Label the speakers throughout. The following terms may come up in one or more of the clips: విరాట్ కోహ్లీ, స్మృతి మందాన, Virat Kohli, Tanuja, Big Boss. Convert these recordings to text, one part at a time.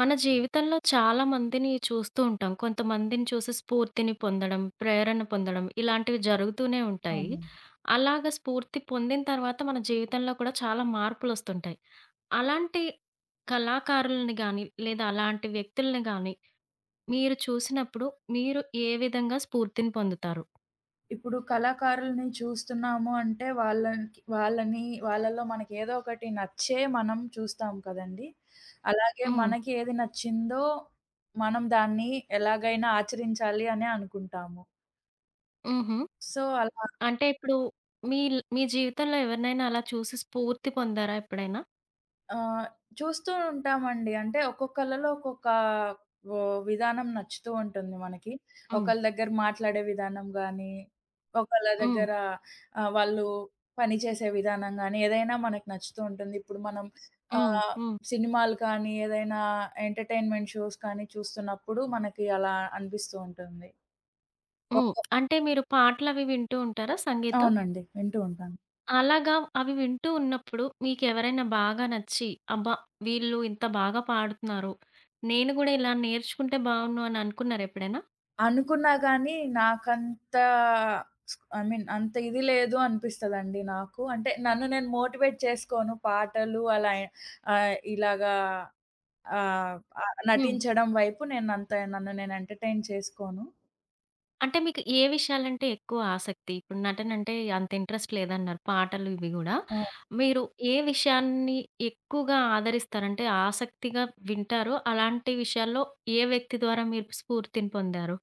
Speaker 1: మన జీవితంలో చాలా మందిని చూస్తూ ఉంటాం. కొంతమందిని చూసి స్ఫూర్తిని పొందడం, ప్రేరణ పొందడం ఇలాంటివి జరుగుతూనే ఉంటాయి.
Speaker 2: అవునండి.
Speaker 1: అలాగ స్ఫూర్తి పొందిన తర్వాత మన జీవితంలో కూడా చాలా మార్పులొస్తుంటాయి. అలాంటి కళాకారులని గాని, లేదా అలాంటి వ్యక్తుల్ని గాని మీరు చూసినప్పుడు మీరు ఏ విధంగా స్ఫూర్తిని పొందుతారు?
Speaker 2: ఇప్పుడు కళాకారులని చూస్తున్నాము అంటే వాళ్ళకి వాళ్ళని వాళ్ళలో మనకి ఏదో ఒకటి నచ్చే మనం చూస్తాం కదండీ! అలాగే
Speaker 1: హ్మ్.
Speaker 2: మనకి ఏది నచ్చిందో మనం దాన్ని ఎలాగైనా ఆచరించాలి అనే అనుకుంటాము.
Speaker 1: హుహు.
Speaker 2: సో, అలా
Speaker 1: అంటే ఇప్పుడు మీ జీవితంలో ఎవరినైనా అలా చూసి స్ఫూర్తి పొందారా ఎప్పుడైనా?
Speaker 2: ఆహ్, చూస్తూ ఉంటామండి. అంటే ఒక్కొక్కళ్ళలో ఒక్కొక్క వ విధానం నచ్చుతూ ఉంటుంది మనకి.
Speaker 1: హ్మ్.
Speaker 2: ఒకళ్ళ దగ్గర మాట్లాడే విధానం గానీ, ఒకళ్ళ
Speaker 1: హ్మ్.
Speaker 2: దగ్గర వాళ్ళు పనిచేసే విధానం గానీ, ఏదైనా మనకు నచ్చుతూ ఉంటుంది. ఇప్పుడు మనం
Speaker 1: హ్మ్.
Speaker 2: ఆహ్,
Speaker 1: హ్మ్.
Speaker 2: సినిమాలు కానీ, ఏదైనా ఎంటర్‌టైన్‌మెంట్ షోస్ కానీ చూస్తున్నప్పుడు మనకి అలా అనిపిస్తూ ఉంటుంది.
Speaker 1: హ్మ్.
Speaker 2: ఒక్క
Speaker 1: అంటే మీరు పాటలవి వింటూ ఉంటారా సంగీతం?
Speaker 2: అవునండి. వింటూ ఉంటాను.
Speaker 1: అలాగా అవి వింటూ ఉన్నప్పుడు మీకెవరైనా బాగా నచ్చి, అబ్బా! వీళ్ళు ఇంత బాగా పాడుతున్నారు. నేను గూడా ఇలా నేర్చుకుంటే బావున్ను అని అనుకున్నారా ఎప్పుడైనా?
Speaker 2: అనుకున్నా గానీ, నాకంత ఐ మీన్ అంత ఇది లేదు అనిపిస్తదండి నాకు. అంటే నన్ను నేను మోటివేట్ చేసుకోను పాటలు అలా ఇలాగా ఆహ్, ఆహ్,
Speaker 1: హ్మ్.
Speaker 2: నటించడం వైపు నేనంత నన్ను నేను ఎంటర్‌టైన్ చేసుకోను.
Speaker 1: అంటే మీకు ఏ విషయాలంటే ఎక్కువ ఆసక్తి? ఇప్పుడు నటనంటే అంత ఇంట్రెస్ట్ లేదన్నారు. పాటలు ఇవి గూడా.
Speaker 2: ఆ!
Speaker 1: మీరు ఏ విషయాన్ని ఎక్కువగా ఆదరిస్తారు? అంటే ఆసక్తిగా వింటారో అలాంటి విషయాల్లో ఏ వ్యక్తి ద్వారా మీరు స్ఫూర్తిని పొందారు?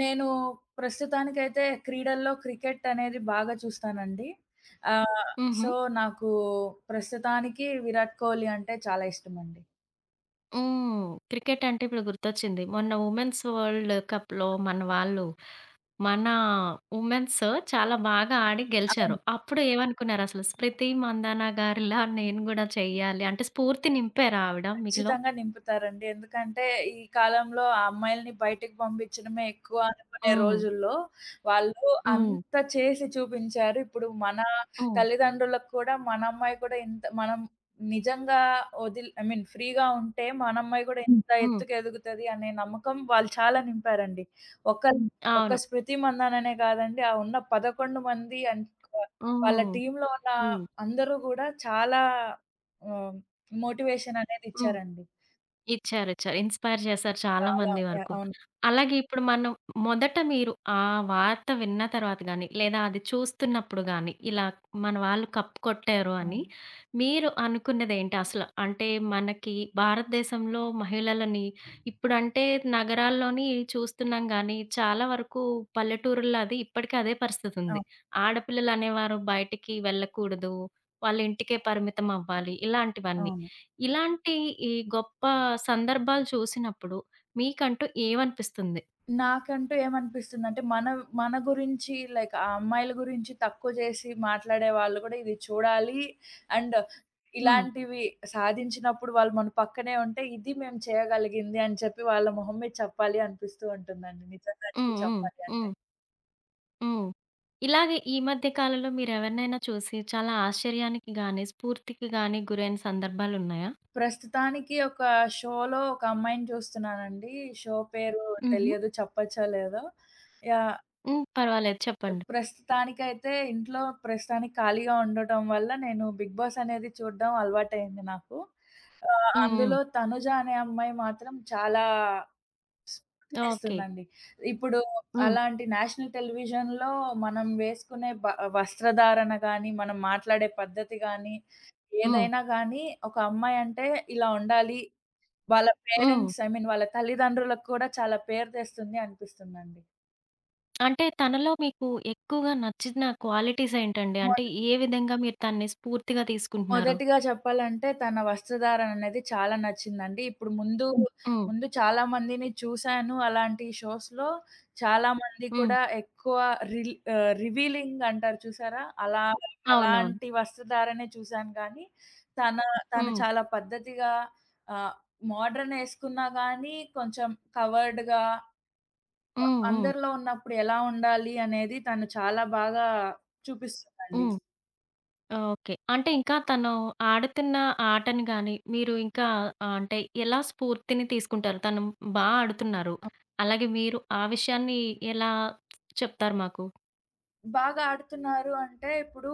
Speaker 2: నేను ప్రస్తుతానికైతే క్రీడల్లో క్రికెట్ అనేది బాగా చూస్తానండి. ఆహ్,
Speaker 1: హుహు.
Speaker 2: సో, నాకు ప్రస్తుతానికి విరాట్ కోహ్లీ అంటే చాలా ఇష్టమండి.
Speaker 1: హ్మ్. క్రికెట్ అంటే ఇప్పుడు గుర్తొచ్చింది. మొన్న ఉమెన్స్ వరల్డ్ కప్‌లో మన వాళ్ళు, మన ఉమెన్స్ చాలా బాగా ఆడి గెలిచారు.
Speaker 2: అవును.
Speaker 1: అప్పుడు ఏమనుకున్నారసలు? స్మృతి మందాన గారిలా నేను గూడా చెయ్యాలి అంటే స్ఫూర్తి నింపారా ఆవిడ మీలో?
Speaker 2: ఖచ్చితంగా నింపుతారండి. ఎందుకంటే ఈ కాలంలో ఆ అమ్మాయిలని బయటికి పంపించడమే ఎక్కువ అనుకునే
Speaker 1: హ్మ్.
Speaker 2: రోజుల్లో, వాళ్ళు
Speaker 1: హ్మ్.
Speaker 2: అంత చేసి చూపించారు. ఇప్పుడు మన
Speaker 1: హ్మ్.
Speaker 2: తల్లిదండ్రులకు కూడా మన అమ్మాయి కూడా ఇంత మనం నిజంగా వదిలి ఐ మీన్ ఫ్రీగా ఉంటే మన అమ్మాయి కూడా ఇంత
Speaker 1: హ్మ్.
Speaker 2: ఎత్తుకు ఎదుగుతది అనే నమ్మకం వాళ్ళు చాలా నింపారండి. ఒక్కల్ హ్మ్. ఒక్క
Speaker 1: అవును.
Speaker 2: స్మృతి మందననే కాదండి. ఆ ఉన్న 11 మంది అండ్ వ వాళ్ళ
Speaker 1: హ్మ్.
Speaker 2: టీమ్‌లో ఉన్న
Speaker 1: హ్మ్.
Speaker 2: అందరూ గూడా చాలా ఆహ్ మోటివేషన్ అనేది
Speaker 1: హ్మ్.
Speaker 2: ఇచ్చారండి.
Speaker 1: ఇచ్చారు. ఇచ్చారు. ఇన్‌స్పైర్ చేశారు చాలా
Speaker 2: చాలా
Speaker 1: మంది వరకు.
Speaker 2: అవును.
Speaker 1: అలాగే ఇప్పుడు మనం మొదట మీరు ఆ వార్త విన్న తర్వాత గాని, లేదా అది చూస్తున్నప్పుడు గాని, ఇలా మన వాళ్ళు కప్ కొట్టారు అని
Speaker 2: అవును.
Speaker 1: మీరు అనుకున్నదేంటి అసలు? అంటే మనకి భారతదేశంలో మహిళలని ఇప్పుడంటే నగరాల్లోని చూస్తున్నాం గానీ, చాలా వరకు పల్లెటూరుల్లో అది ఇప్పటికీ అదే పరిస్థితుంది.
Speaker 2: అవును.
Speaker 1: ఆడపిల్లలనేవారు బయటికి వెళ్ళకూడదు. వాళ్ళ ఇంటికే పరిమితం అవ్వాలి. ఇలాంటివన్నీ.
Speaker 2: అవును.
Speaker 1: ఇలాంటి ఈ గొప్ప సందర్భాలు చూసినప్పుడు మీకంటూ ఏమనిపిస్తుంది?
Speaker 2: నాకంటూ ఏమనిపిస్తుందంటే మన మన గురించి లైక్ ఆ అమ్మాయిల గురించి తక్కువ చేసి మాట్లాడే వాళ్ళు కూడా ఇది చూడాలి. అండ్
Speaker 1: హ్మ్.
Speaker 2: ఇలాంటివి సాధించినప్పుడు వాళ్ళు మన పక్కనే ఉంటే ఇది మేము చేయగలిగింది అని చెప్పి వాళ్ళ మొహం మీద చెప్పాలి అనిపిస్తూ ఉంటుందండి. నిజంగానే
Speaker 1: హ్మ్. హ్మ్.
Speaker 2: చెప్పాలి అంటే.
Speaker 1: హ్మ్. హ్మ్. ఇలాగే ఈ మధ్య కాలంలో మీరెవరినైనా చూసి చాలా ఆశ్చర్యానికి గాని, స్ఫూర్తికి గాని గురైన సందర్భాలున్నాయా?
Speaker 2: ప్రస్తుతానికి ఒక షోలో ఒక అమ్మాయిని చూస్తున్నానండి. షో పేరు
Speaker 1: హుహు.
Speaker 2: తెలియదు చెప్పచ్చో లేదో. యాహ్!
Speaker 1: హ్మ్. పర్వాలేదు చెప్పండి.
Speaker 2: ప్రస్తుతానికైతే ఇంట్లో ప్రస్తుతానికి ఖాళీగా ఉండటం వల్ల నేను 'బిగ్ బాస్' అనేది చూడడం అలవాటయింది నాకు.
Speaker 1: హ్మ్. హ్మ్.
Speaker 2: అందులో 'తనుజ' అనే అమ్మాయి మాత్రం చాలా
Speaker 1: ఓకే.
Speaker 2: స్ఫూర్తినిస్తుందండి. ఇప్పుడు
Speaker 1: హ్మ్.
Speaker 2: అలాంటి నేషనల్ టెలివిజన్‌లో మనం వేసుకునే వస్త్రధారణ గాని, మనం మాట్లాడే పద్ధతి గాని,
Speaker 1: హ్మ్.
Speaker 2: ఏదైనా గాని ఒక అమ్మాయి అంటే ఇలా ఉండాలి. వాళ్ళ
Speaker 1: హ్మ్.
Speaker 2: పేరెంట్స్ ఐ మీన్ వాళ్ళ తల్లిదండ్రులకు కూడా చాలా పేరు తెస్తుంది అనిపిస్తుందండి.
Speaker 1: అంటే తనలో మీకు ఎక్కువగా నచ్చిన క్వాలిటీస్ ఏంటండి? అంటే ఏ విధంగా మీరు తనని స్ఫూర్తిగా తీసుకుంటున్నారు?
Speaker 2: మొదటిగా చెప్పాలంటే తన వస్త్రధారణ అనేది చాలా నచ్చిందండి. ఇప్పుడు ముందు, హ్మ్.
Speaker 1: హ్మ్.
Speaker 2: ముందు చాలా మందిని చూసాను అలాంటి షోస్‌లో. చాలామంది
Speaker 1: హ్మ్.
Speaker 2: కూడా ఎక్కువ రివీలింగ్ అంటారు చూసారా? అలా
Speaker 1: అవునవును.
Speaker 2: అలాంటి వస్త్రధారణే చూసాను కానీ, తన తను
Speaker 1: హ్మ్.
Speaker 2: చాలా పద్ధతిగా ఆహ్, మోడర్న్ ఏసుకున్నా గానీ, కొంచెం కవర్డ్‌గా
Speaker 1: హ్మ్. హ్మ్.
Speaker 2: అందరిలో ఉన్నప్పుడు ఎలా ఉండాలి అనేది తను చాలా బాగా చూపిస్తుందండి.
Speaker 1: హ్మ్. ఓకే. అంటే ఇంకా తను ఆడుతున్న ఆటని గాని, మీరు ఇంకా అంటే ఎలా స్ఫూర్తిని తీసుకుంటారు? తను ఆడుతున్నారు. అలాగే మీరు ఆ విషయాన్ని ఎలా చెప్తారు మాకు?
Speaker 2: బాగా ఆడుతున్నారు అంటే, ఇప్పుడు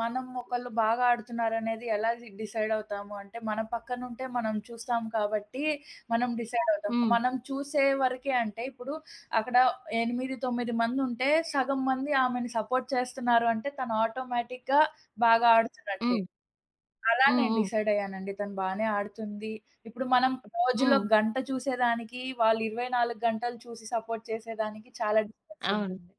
Speaker 2: మనం ఒకళ్ళు బాగా ఆడుతున్నారనేది ఎలా డిసైడ్ అవుతాము అంటే, మన పక్కనుంటే మనం చూస్తాం కాబట్టి, మనం డిసైడ్ అవుతాం.
Speaker 1: హ్మ్.
Speaker 2: మనం చూసే వరకే అంటే, ఇప్పుడు అక్కడ 8, 9 మందుంటే, సగం మంది ఆమెని సపోర్ట్ చేస్తున్నారు అంటే, తను ఆటోమేటిక్‌గా బాగా ఆడుతున్నట్టే.
Speaker 1: హ్మ్.
Speaker 2: అలా
Speaker 1: హ్మ్.
Speaker 2: నేను
Speaker 1: హ్మ్.
Speaker 2: డిసైడ్ అయ్యానండి. తను బానే ఆడుతుంది. ఇప్పుడు మనం రోజులో
Speaker 1: హ్మ్.
Speaker 2: గంట చూసేదానికి, వాళ్ళు 24 గంటలు చూసి సపోర్ట్ చేసేదానికి చాలా డిఫరెన్స్
Speaker 1: అవును.
Speaker 2: ఉంటుంది.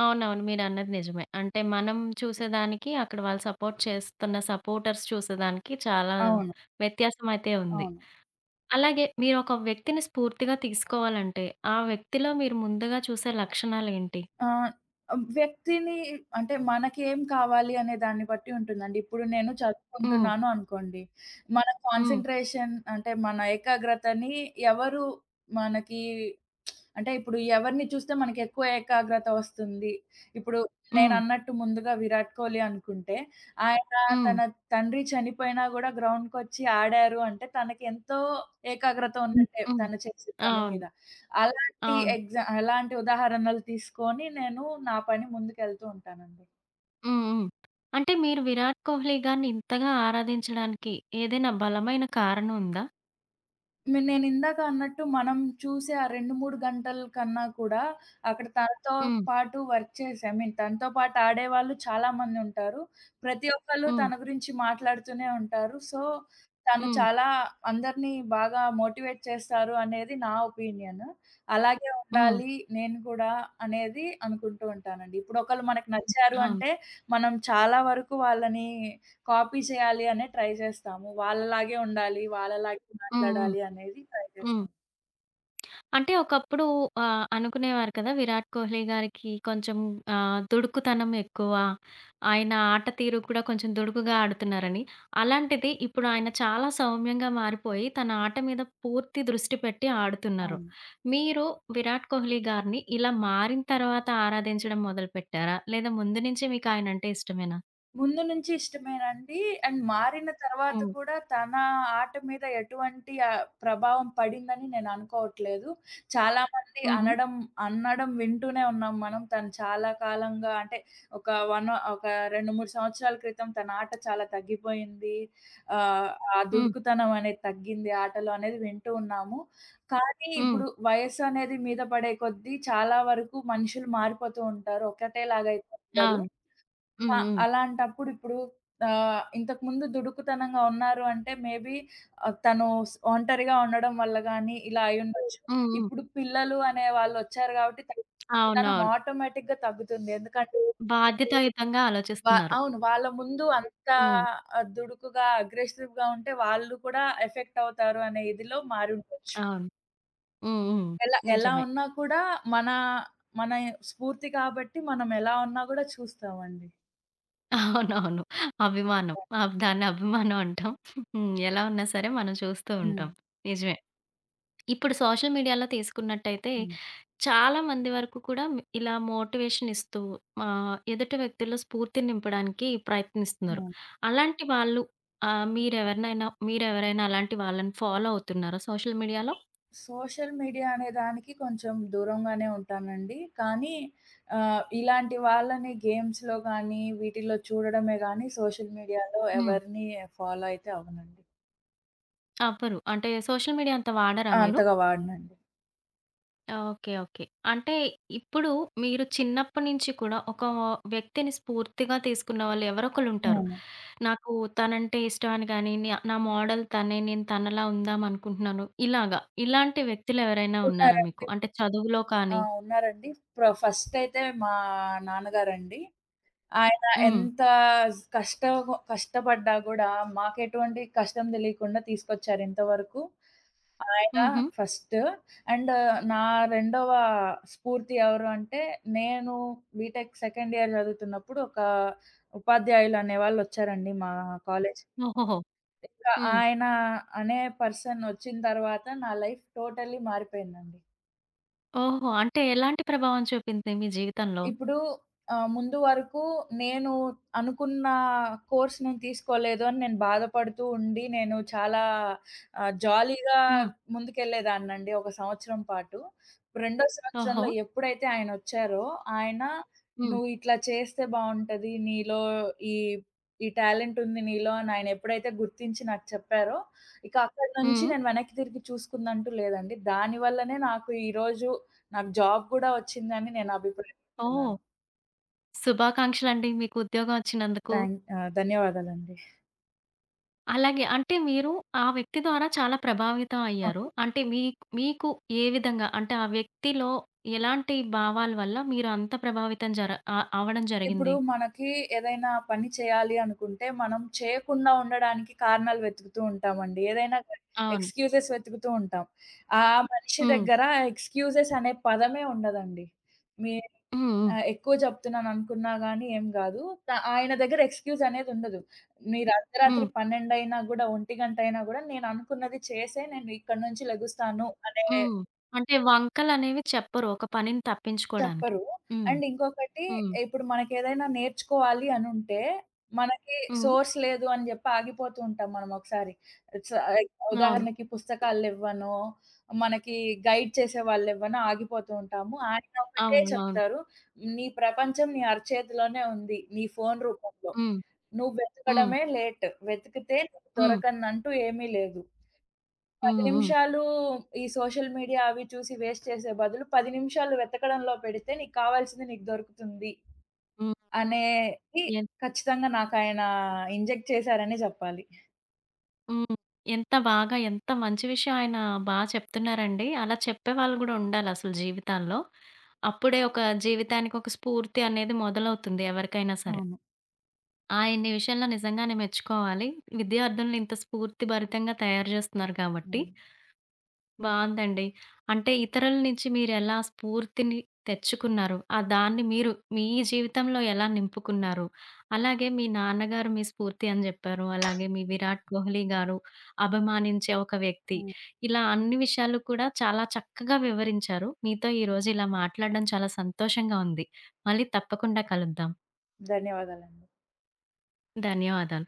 Speaker 1: అవునవును. మీరన్నది నిజమే. అంటే మనం చూసేదానికి, అక్కడ వాళ్ళు సపోర్ట్ చేస్తున్న సపోర్టర్స్ చూసేదానికి చాలా
Speaker 2: అవును.
Speaker 1: వ్యత్యాసమైతే ఉంది.
Speaker 2: అవును.
Speaker 1: అలాగే మీరొక వ్యక్తిని స్ఫూర్తిగా తీసుకోవాలంటే, ఆ వ్యక్తిలో మీరు ముందుగా చూసే లక్షణాలేంటి?
Speaker 2: ఆ! వ్యక్తిని అంటే మనకేం కావాలి అనే దాన్ని బట్టి ఉంటుందండి. ఇప్పుడు నేను
Speaker 1: హ్మ్.
Speaker 2: చదువుకుంటున్నాను అనుకోండి. మన
Speaker 1: హ్మ్.
Speaker 2: కాన్సంట్రేషన్ అంటే మన ఏకాగ్రతని ఎవరు మనకి అంటే ఇప్పుడు ఎవరిని చూస్తే మనకి ఎక్కువ ఏకాగ్రత వస్తుంది. ఇప్పుడు
Speaker 1: హ్మ్.
Speaker 2: నేనన్నట్టు ముందుగా విరాట్ కోహ్లీ అనుకుంటే, ఆయన
Speaker 1: హ్మ్.
Speaker 2: తన తండ్రి చనిపోయినా గూడా గ్రౌండ్‌కొచ్చి ఆడారు అంటే తనకెంతో ఏకాగ్రత ఉన్నట్టే
Speaker 1: హ్మ్.
Speaker 2: తను చేసే పని
Speaker 1: అవును.
Speaker 2: మీద.
Speaker 1: అవును.
Speaker 2: అలాంటి ఉదాహరణలు తీసుకొని నేను నా పని ముందుకెళ్తూ ఉంటానండి.
Speaker 1: హ్మ్. హ్మ్. అంటే మీరు 'విరాట్ కోహ్లీ' గారిని ఇంతగా ఆరాధించడానికి ఏదైనా బలమైన కారణం ఉందా?
Speaker 2: నేనిందాక అన్నట్టు మనం చూసే ఆ 2, 3 గంటల కన్నా కూడా అక్కడ తనతో
Speaker 1: హ్మ్.
Speaker 2: పాటు వర్క్ చేసే ఐ మీన్ తనతో పాటు ఆడేవాళ్ళు చాలామందుంటారు. ప్రతి ఒక్కళ్ళు
Speaker 1: హ్మ్.
Speaker 2: తన గురించి మాట్లాడుతూనే ఉంటారు. సో, తను
Speaker 1: హ్మ్.
Speaker 2: చాలా అందరినీ బాగా మోటివేట్ చేస్తారు అనేది నా ఒపీనియన్. అలాగే
Speaker 1: హ్మ్.
Speaker 2: ఉండాలి నేను కూడా అనేది అనుకుంటూ ఉంటానండి. ఇప్పుడు ఒకళ్ళు మనకు నచ్చారు
Speaker 1: అవును.
Speaker 2: అంటే, మనం చాలా వరకు వాళ్ళని కాపీ చేయాలి అనే ట్రై చేస్తాము. వాళ్ళలాగే ఉండాలి, వాళ్ళలాగే
Speaker 1: హ్మ్. హ్మ్.
Speaker 2: మాట్లాడాలి అనేది ట్రై
Speaker 1: హ్మ్.
Speaker 2: చేస్తాం.
Speaker 1: అంటే ఒకప్పుడు అనుకునేవారు కదా! 'విరాట్ కోహ్లీ' గారికి కొంచెం దుడుకుతనం ఎక్కువ. ఆయన ఆట తీరు కూడా కొంచెం దుడుకుగా ఆడుతున్నారని. అలాంటిది ఇప్పుడు ఆయన చాలా సౌమ్యంగా మారిపోయి తన ఆట మీద పూర్తి దృష్టి పెట్టి ఆడుతున్నారు.
Speaker 2: అవును.
Speaker 1: మీరు 'విరాట్ కోహ్లీ' గారిని ఇలా మారిన తర్వాత ఆరాధించడం మొదలుపెట్టారా? లేదా ముందు నుంచి మీకు ఆయనంటే ఇష్టమేనా?
Speaker 2: ముందు నుంచి ఇష్టమేనండి. అండ్ మారిన తర్వాత
Speaker 1: హ్మ్.
Speaker 2: కూడా తన ఆట మీద ఎటువంటి ప్రభావం పడిందని నేను అనుకోవట్లేదు. చాలామంది
Speaker 1: హుహు.
Speaker 2: అనడం అనడం వింటూనే ఉన్నాం మనం. తను చాలా కాలంగా అంటే ఒక 2, 3 సంవత్సరాల క్రితం తన ఆట చాలా తగ్గిపోయింది. ఆహ్, ఆ
Speaker 1: హ్మ్.
Speaker 2: దుడుకుతనం అనేది తగ్గింది ఆటలో అనేది వింటూ ఉన్నాము. కానీ
Speaker 1: హ్మ్.
Speaker 2: ఇప్పుడు వయస్సు అనేది మీద పడే కొద్దీ చాలా వరకు మనుషులు మారిపోతూ ఉంటారు. ఒకటేలాగా అయితే ఉండరు.
Speaker 1: అవును. హ్మ్.
Speaker 2: ఆ!
Speaker 1: హ్మ్.
Speaker 2: అలాంటప్పుడు ఇప్పుడు ఇంతకుముందు దుడుకుతనంగా ఉన్నారు అంటే మేబీ తను ఒంటరిగా ఉండడం వల్ల గానీ, ఇలా అయ్యుండొచ్చు.
Speaker 1: హ్మ్. హ్మ్.
Speaker 2: ఇప్పుడు పిల్లలు అనే వాళ్ళొచ్చారు గాబట్టి తన దుడుకుతనం
Speaker 1: అవునవును.
Speaker 2: ఆటోమేటిక్‌గా తగ్గుతుంది. ఎందుకంటే
Speaker 1: బాధ్యతాయుతంగా ఆలోచిస్తున్నారు.
Speaker 2: అవును. వాళ్ళ ముందు అంత
Speaker 1: హ్మ్.
Speaker 2: దుడుకుగా, అగ్రెసివ్‌గా ఉంటే వాళ్ళు కూడా ఎఫెక్ట్ అవుతారు అనే ఇదిలో మారుండొచ్చు.
Speaker 1: అవును. హ్మ్. హ్మ్.
Speaker 2: ఎలా ఎలా
Speaker 1: నిజమే.
Speaker 2: ఉన్నా కూడా మన మన స్ఫూర్తి కాబట్టి మనం ఎలా ఉన్నా గూడా చూస్తామండి.
Speaker 1: అవునవును. అభిమానం.
Speaker 2: యాహ్!
Speaker 1: దాన్ని అభిమానం అంటాం. హ్మ్. ఎలా ఉన్నా సరే మనం చూస్తూ
Speaker 2: హ్మ్.
Speaker 1: ఉంటాం. నిజమే. ఇప్పుడు సోషల్ మీడియాలో తీసుకున్నట్టయితే
Speaker 2: హ్మ్.
Speaker 1: చాలా మంది వరకు కూడా ఇలా మోటివేషన్ ఇస్తూ ఎదుటి వ్యక్తుల్లో స్ఫూర్తిని నింపడానికి ప్రయత్నిస్తున్నారు.
Speaker 2: హ్మ్.
Speaker 1: అలాంటి వాళ్ళు మీరెవరైనా అలాంటి వాళ్ళని ఫాలో అవుతున్నారా సోషల్ మీడియాలో?
Speaker 2: సోషల్ మీడియా అనే దానికి కొంచెం దూరంగానే ఉంటానండి. కానీ ఇలాంటి వాళ్ళని గేమ్స్‌లో గానీ, వీటిల్లో చూడడమే గానీ సోషల్ మీడియాలో
Speaker 1: హ్మ్.
Speaker 2: ఎవరిని ఫాలో అయితే అవ్వనండి.
Speaker 1: అవ్వరు. అంటే సోషల్ మీడియా అంత వాడరా
Speaker 2: ఆ!
Speaker 1: మీరు?
Speaker 2: అంతగా వాడనండి.
Speaker 1: ఓకే. ఓకే. అంటే ఇప్పుడు మీరు చిన్నప్పటి నుంచి కూడా ఒక వ్యక్తిని స్ఫూర్తిగా తీసుకున్న వాళ్ళు ఎవరో ఒకళ్ళుంటారు.
Speaker 2: అవును.
Speaker 1: నాకు తనంటే ఇష్టం అని గాని, నా మోడల్ తనే, నేను తనలా ఉందాం అనుకుంటున్నాను. ఇలాగా. ఇలాంటి వ్యక్తులు ఎవరైనా ఉన్నారా మీకు?
Speaker 2: ఉన్నారండి.
Speaker 1: అంటే చదువులో
Speaker 2: ఆ!
Speaker 1: కానీ
Speaker 2: ఉన్నారండి. ఫస్టయితే మా నాన్నగారండి. ఆయన
Speaker 1: హ్మ్.
Speaker 2: ఎంత కష్టం కష్టపడ్డా గూడా, మాకెటువంటి కష్టం దెలియకుండా తీసుకొచ్చారు ఇంతవరకు. ఆయన
Speaker 1: హుహు.
Speaker 2: ఫస్ట్ అండ్ నా రెండవ స్ఫూర్తి ఎవరు అంటే, నేను బీటెక్ సెకండ్ ఇయర్ చదువుతున్నప్పుడు ఒక ఉపాధ్యాయులు అనేవాళ్ళొచ్చారండి మా కాలేజ్‌కి.
Speaker 1: ఓహోహో!
Speaker 2: ఇంకా
Speaker 1: హ్మ్.
Speaker 2: ఆయన అనే పర్సన్ ఒచ్చిన తర్వాత నా లైఫ్ టోటల్లీ మారిపోయిందండి.
Speaker 1: ఓహో! అంటే ఎలాంటి ప్రభావం చూపింది మీ జీవితంలో?
Speaker 2: ఇప్పుడు ముందు వరకు నేను అనుకున్న కోర్స్ నేను తీసుకోలేదు అని నేను బాధపడుతూ ఉండి, నేను చాలా జాలీగా
Speaker 1: హ్మ్.
Speaker 2: ముందుకెళ్ళేదాన్నండి ఒక సంవత్సరం పాటు. రెండో
Speaker 1: ఓహో!
Speaker 2: సంవత్సరంలో ఎప్పుడైతే ఆయనొచ్చారో, ఆయన
Speaker 1: హ్మ్.
Speaker 2: "నువ్వు ఇట్లా చేస్తే బావుంటది. నీలో ఈ ఈ టాలెంట్ ఉంది నీలో" అని ఆయన ఎప్పుడైతే గుర్తించి నాకు చెప్పారో, ఇక అక్కడి నుంచి
Speaker 1: హ్మ్.
Speaker 2: నేను వెనక్కి తిరిగి చూసుకుందంటూ లేదండి. దానివల్లనే నాకు జాబ్ గూడా వచ్చిందని నేను అభిప్రాయం
Speaker 1: ఓహ్!
Speaker 2: విన్నాను.
Speaker 1: శుభాకాంక్షలండి మీకు ఉద్యోగం వచ్చినందుకు.
Speaker 2: ధన్యవాదాలండి.
Speaker 1: అలాగే. అంటే మీరు ఆ వ్యక్తి ద్వారా చాలా ప్రభావితం అయ్యారు.
Speaker 2: అవును.
Speaker 1: అంటే మీకు ఏ విధంగా? అంటే ఆ వ్యక్తిలో ఎలాంటి భావాల వల్ల మీరు అంత ప్రభావితం జర ఆ అవ్వడం
Speaker 2: ఇప్పుడు
Speaker 1: జరిగింది?
Speaker 2: మనకి ఏదైనా పని చేయాలి అనుకుంటే, మనం చేయకుండా ఉండడానికి కారణాలు వెతుకుతూ ఉంటామండి. ఏదైనా గాని
Speaker 1: అవును.
Speaker 2: ఎక్స్‌క్యూజెస్ వెతుకుతూ ఉంటాం. ఆ మనిషి
Speaker 1: హ్మ్.
Speaker 2: దగ్గర ఎక్స్‌క్యూజెస్ అనే పదమే ఉండదండి. మీ
Speaker 1: హ్మ్. హ్మ్.
Speaker 2: ఎక్కువ చెప్తున్నాను అనుకున్నా గాని ఏం గాదు. త ఆయన దగ్గర ఎక్స్‌క్యూజ్ అనేది ఉండదు. మీరు అర్ధరాత్రి
Speaker 1: హ్మ్.
Speaker 2: 12 అయినా గూడా, 1 గంట అయినా గూడా, నేను అనుకున్నది చేసే నేను ఇక్కడి నుంచి లెగుస్తాను అనే
Speaker 1: హ్మ్. అంటే వంకలనేవి చెప్పరు ఒక పనిని తప్పించుకోడానికి.
Speaker 2: చెప్పరు.
Speaker 1: హ్మ్.
Speaker 2: అండ్ ఇంకొకటి
Speaker 1: హ్మ్.
Speaker 2: ఇప్పుడు మనకేదైనా నేర్చుకోవాలి అనుంటే, మనకి
Speaker 1: హ్మ్.
Speaker 2: సోర్స్ లేదు అని జెప్పి ఆగిపోతూ ఉంటాం మనం ఒకసారి. స
Speaker 1: అవును.
Speaker 2: ఉదాహరణకి పుస్తకాలెవ్వనో, మనకి గైడ్ చేసేవాళ్ళెవ్వనో ఆగిపోతూ ఉంటాము. ఆయన ఒకటే
Speaker 1: అవును. అవును.
Speaker 2: చెప్తారు, "నీ ప్రపంచం నీ అరచేతిలోనే ఉంది. నీ ఫోను రూపంలో.
Speaker 1: హ్మ్.
Speaker 2: నువ్వు
Speaker 1: హ్మ్.
Speaker 2: వెతకడమే లేట్. వెతికితే నీకు
Speaker 1: హ్మ్.
Speaker 2: దొరకనంటూ ఏమీ లేదు." 10
Speaker 1: హ్మ్. హ్మ్.
Speaker 2: నిమిషాలు ఈ సోషల్ మీడియా అవి చూసి వేస్ట్ చేసే బదులు 10 నిమిషాలు వెతకడంలో పెడితే నీకు కావాల్సింది నీకు దొరుకుతుంది అనేది
Speaker 1: హ్మ్.
Speaker 2: ఖచ్చితంగా నాకాయన ఇంజెక్ట్ చేశారనే చెప్పాలి.
Speaker 1: హ్మ్. ఎంత బాగా, ఎంత మంచి విషయం ఆయన చెప్తున్నారండి. అలా చెప్పేవాళ్ళు గూడా ఉండాలసలు జీవితాల్లో. అప్పుడే ఒక జీవితానికి ఒక స్ఫూర్తి అనేది మొదలవుతుంది ఎవరికైనా సరే.
Speaker 2: అవును.
Speaker 1: ఆయన్ని విషయంలో నిజంగానే మెచ్చుకోవాలి. విద్యార్థుల్ని ఇంత స్ఫూర్తిభరితంగా తయారు జేస్తున్నారు గాబట్టి.
Speaker 2: అవును.
Speaker 1: బావుందండి. అంటే ఇతరుల నుంచి మీరెలా స్ఫూర్తిని తెచ్చుకున్నారు? ఆ దాన్ని మీరు మీ జీవితంలో ఎలా నింపుకున్నారు? అలాగే మీ నాన్నగారు మీ స్ఫూర్తి అని జెప్పారు. అలాగే మీ 'విరాట్ కోహ్లీ' గారు అభిమానించే ఒక వ్యక్తి.
Speaker 2: హ్మ్.
Speaker 1: ఇలా అన్ని విషయాలు కూడా చాలా చక్కగా వివరించారు. మీతో ఈరోజు ఇలా మాట్లాడడం చాలా సంతోషంగా ఉంది. మళ్ళీ తప్పకుండా కలుద్దాం.
Speaker 2: ధన్యవాదాలండి.
Speaker 1: ధన్యవాదాలు.